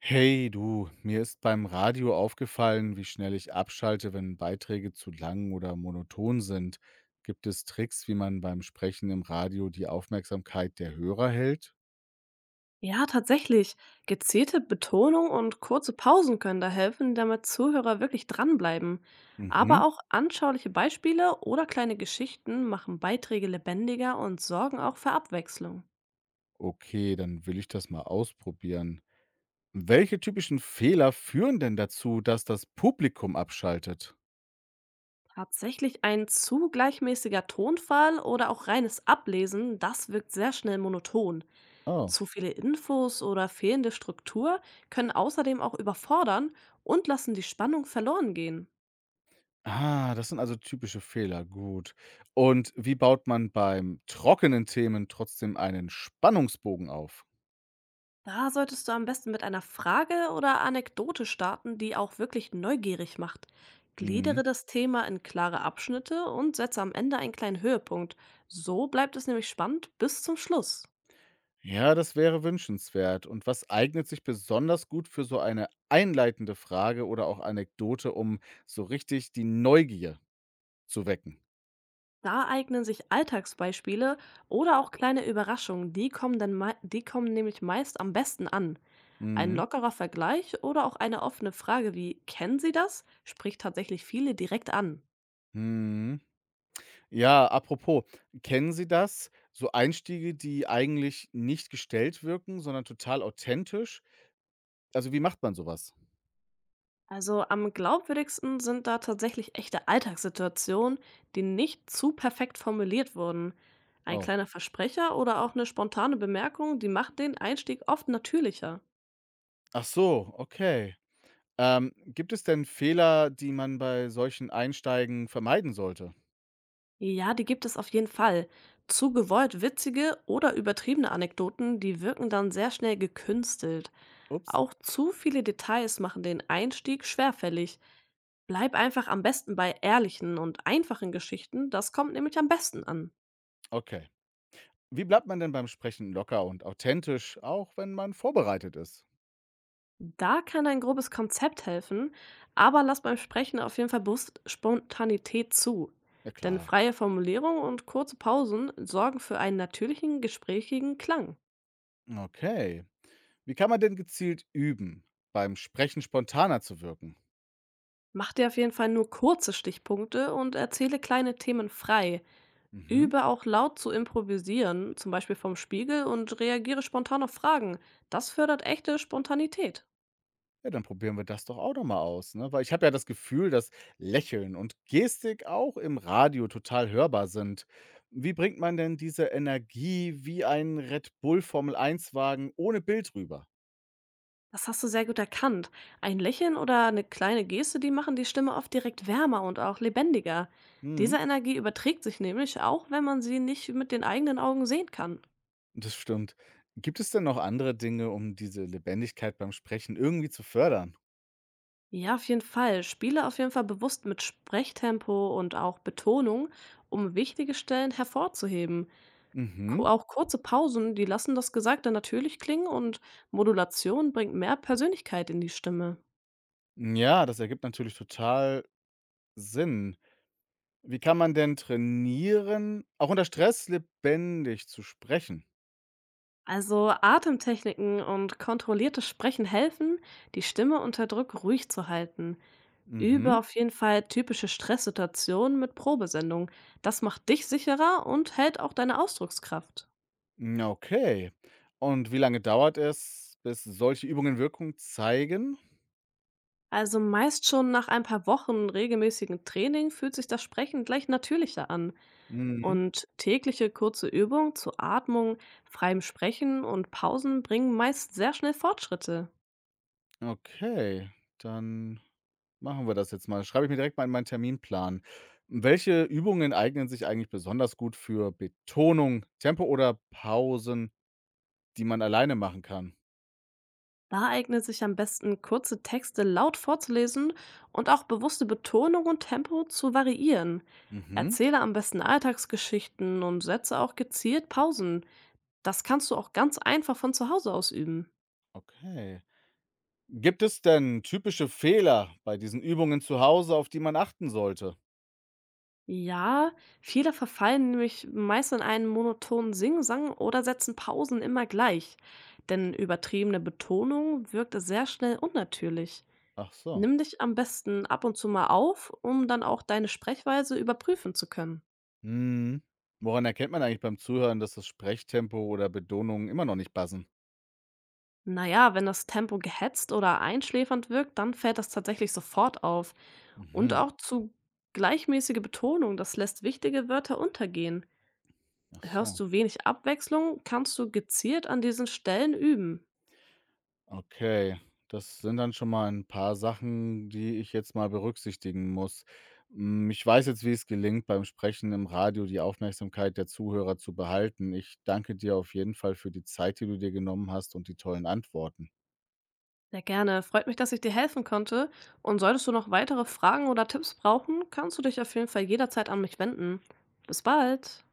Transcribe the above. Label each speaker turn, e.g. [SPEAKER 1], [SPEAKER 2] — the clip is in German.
[SPEAKER 1] Hey du, mir ist beim Radio aufgefallen, wie schnell ich abschalte, wenn Beiträge zu lang oder monoton sind. Gibt es Tricks, wie man beim Sprechen im Radio die Aufmerksamkeit der Hörer hält?
[SPEAKER 2] Ja, tatsächlich. Gezielte Betonung und kurze Pausen können da helfen, damit Zuhörer wirklich dranbleiben.
[SPEAKER 1] Mhm.
[SPEAKER 2] Aber auch anschauliche Beispiele oder kleine Geschichten machen Beiträge lebendiger und sorgen auch für Abwechslung.
[SPEAKER 1] Okay, dann will ich das mal ausprobieren. Welche typischen Fehler führen denn dazu, dass das Publikum abschaltet?
[SPEAKER 2] Tatsächlich ein zu gleichmäßiger Tonfall oder auch reines Ablesen, das wirkt sehr schnell monoton.
[SPEAKER 1] Oh.
[SPEAKER 2] Zu viele Infos oder fehlende Struktur können außerdem auch überfordern und lassen die Spannung verloren gehen.
[SPEAKER 1] Ah, das sind also typische Fehler. Gut. Und wie baut man beim trockenen Themen trotzdem einen Spannungsbogen auf?
[SPEAKER 2] Da solltest du am besten mit einer Frage oder Anekdote starten, die auch wirklich neugierig macht. Gliedere
[SPEAKER 1] Mhm.
[SPEAKER 2] das Thema in klare Abschnitte und setze am Ende einen kleinen Höhepunkt. So bleibt es nämlich spannend bis zum Schluss.
[SPEAKER 1] Ja, das wäre wünschenswert. Und was eignet sich besonders gut für so eine einleitende Frage oder auch Anekdote, um so richtig die Neugier zu wecken?
[SPEAKER 2] Da eignen sich Alltagsbeispiele oder auch kleine Überraschungen. Die kommen, die kommen nämlich meist am besten an. Ein
[SPEAKER 1] Mhm.
[SPEAKER 2] lockerer Vergleich oder auch eine offene Frage wie kennen Sie das? Spricht tatsächlich viele direkt an.
[SPEAKER 1] Mhm. Ja, apropos, kennen Sie das? So Einstiege, die eigentlich nicht gestellt wirken, sondern total authentisch? Also, wie macht man sowas?
[SPEAKER 2] Also am glaubwürdigsten sind da tatsächlich echte Alltagssituationen, die nicht zu perfekt formuliert wurden. Ein
[SPEAKER 1] Oh.
[SPEAKER 2] kleiner Versprecher oder auch eine spontane Bemerkung, die macht den Einstieg oft natürlicher.
[SPEAKER 1] Ach so, okay. Gibt es denn Fehler, die man bei solchen Einsteigen vermeiden sollte?
[SPEAKER 2] Ja, die gibt es auf jeden Fall. Zu gewollt witzige oder übertriebene Anekdoten, die wirken dann sehr schnell gekünstelt.
[SPEAKER 1] Ups.
[SPEAKER 2] Auch zu viele Details machen den Einstieg schwerfällig. Bleib einfach am besten bei ehrlichen und einfachen Geschichten, das kommt nämlich am besten an.
[SPEAKER 1] Okay. Wie bleibt man denn beim Sprechen locker und authentisch, auch wenn man vorbereitet ist?
[SPEAKER 2] Da kann ein grobes Konzept helfen, aber lass beim Sprechen auf jeden Fall bewusst Spontanität zu.
[SPEAKER 1] Ja
[SPEAKER 2] Denn
[SPEAKER 1] klar.
[SPEAKER 2] freie Formulierung und kurze Pausen sorgen für einen natürlichen, gesprächigen Klang.
[SPEAKER 1] Okay. Wie kann man denn gezielt üben, beim Sprechen spontaner zu wirken?
[SPEAKER 2] Mach dir auf jeden Fall nur kurze Stichpunkte und erzähle kleine Themen frei.
[SPEAKER 1] Mhm.
[SPEAKER 2] Übe auch laut zu improvisieren, zum Beispiel vom Spiegel, und reagiere spontan auf Fragen. Das fördert echte Spontanität.
[SPEAKER 1] Ja, dann probieren wir das doch auch noch mal aus, ne? Weil ich habe ja das Gefühl, dass Lächeln und Gestik auch im Radio total hörbar sind. Wie bringt man denn diese Energie wie ein Red Bull Formel 1 Wagen ohne Bild rüber?
[SPEAKER 2] Das hast du sehr gut erkannt. Ein Lächeln oder eine kleine Geste, die machen die Stimme oft direkt wärmer und auch lebendiger. Diese
[SPEAKER 1] Mhm.
[SPEAKER 2] Energie überträgt sich nämlich auch, wenn man sie nicht mit den eigenen Augen sehen kann.
[SPEAKER 1] Das stimmt. Gibt es denn noch andere Dinge, um diese Lebendigkeit beim Sprechen irgendwie zu fördern?
[SPEAKER 2] Ja, auf jeden Fall. Spiele auf jeden Fall bewusst mit Sprechtempo und auch Betonung, um wichtige Stellen hervorzuheben.
[SPEAKER 1] Mhm.
[SPEAKER 2] Auch kurze Pausen, die lassen das Gesagte natürlich klingen und Modulation bringt mehr Persönlichkeit in die Stimme.
[SPEAKER 1] Ja, das ergibt natürlich total Sinn. Wie kann man denn trainieren, auch unter Stress lebendig zu sprechen?
[SPEAKER 2] Also Atemtechniken und kontrolliertes Sprechen helfen, die Stimme unter Druck ruhig zu halten. Übe
[SPEAKER 1] Mhm.
[SPEAKER 2] auf jeden Fall typische Stresssituationen mit Probesendungen. Das macht dich sicherer und hält auch deine Ausdruckskraft.
[SPEAKER 1] Na, okay. Und wie lange dauert es, bis solche Übungen Wirkung zeigen?
[SPEAKER 2] Also meist schon nach ein paar Wochen regelmäßigen Training fühlt sich das Sprechen gleich natürlicher an.
[SPEAKER 1] Mhm.
[SPEAKER 2] Und tägliche kurze Übungen zu Atmung, freiem Sprechen und Pausen bringen meist sehr schnell Fortschritte.
[SPEAKER 1] Okay, dann machen wir das jetzt mal. Schreibe ich mir direkt mal in meinen Terminplan. Welche Übungen eignen sich eigentlich besonders gut für Betonung, Tempo oder Pausen, die man alleine machen kann?
[SPEAKER 2] Da eignet sich am besten, kurze Texte laut vorzulesen und auch bewusste Betonung und Tempo zu variieren.
[SPEAKER 1] Mhm.
[SPEAKER 2] Erzähle am besten Alltagsgeschichten und setze auch gezielt Pausen. Das kannst du auch ganz einfach von zu Hause aus üben.
[SPEAKER 1] Okay. Gibt es denn typische Fehler bei diesen Übungen zu Hause, auf die man achten sollte?
[SPEAKER 2] Ja, viele verfallen nämlich meist in einen monotonen Singsang oder setzen Pausen immer gleich. Denn übertriebene Betonung wirkt sehr schnell unnatürlich.
[SPEAKER 1] Ach so.
[SPEAKER 2] Nimm dich am besten ab und zu mal auf, um dann auch deine Sprechweise überprüfen zu können.
[SPEAKER 1] Mhm. Woran erkennt man eigentlich beim Zuhören, dass das Sprechtempo oder Betonungen immer noch nicht passen?
[SPEAKER 2] Naja, wenn das Tempo gehetzt oder einschläfernd wirkt, dann fällt das tatsächlich sofort auf. Und
[SPEAKER 1] Mhm.
[SPEAKER 2] auch zu gleichmäßige Betonung, das lässt wichtige Wörter untergehen.
[SPEAKER 1] Ach
[SPEAKER 2] Hörst
[SPEAKER 1] so.
[SPEAKER 2] du wenig Abwechslung, kannst du gezielt an diesen Stellen üben.
[SPEAKER 1] Okay. Das sind dann schon mal ein paar Sachen, die ich jetzt mal berücksichtigen muss. Hm, ich weiß jetzt, wie es gelingt, beim Sprechen im Radio die Aufmerksamkeit der Zuhörer zu behalten. Ich danke dir auf jeden Fall für die Zeit, die du dir genommen hast und die tollen Antworten.
[SPEAKER 2] Sehr gerne. Freut mich, dass ich dir helfen konnte. Und solltest du noch weitere Fragen oder Tipps brauchen, kannst du dich auf jeden Fall jederzeit an mich wenden. Bis bald.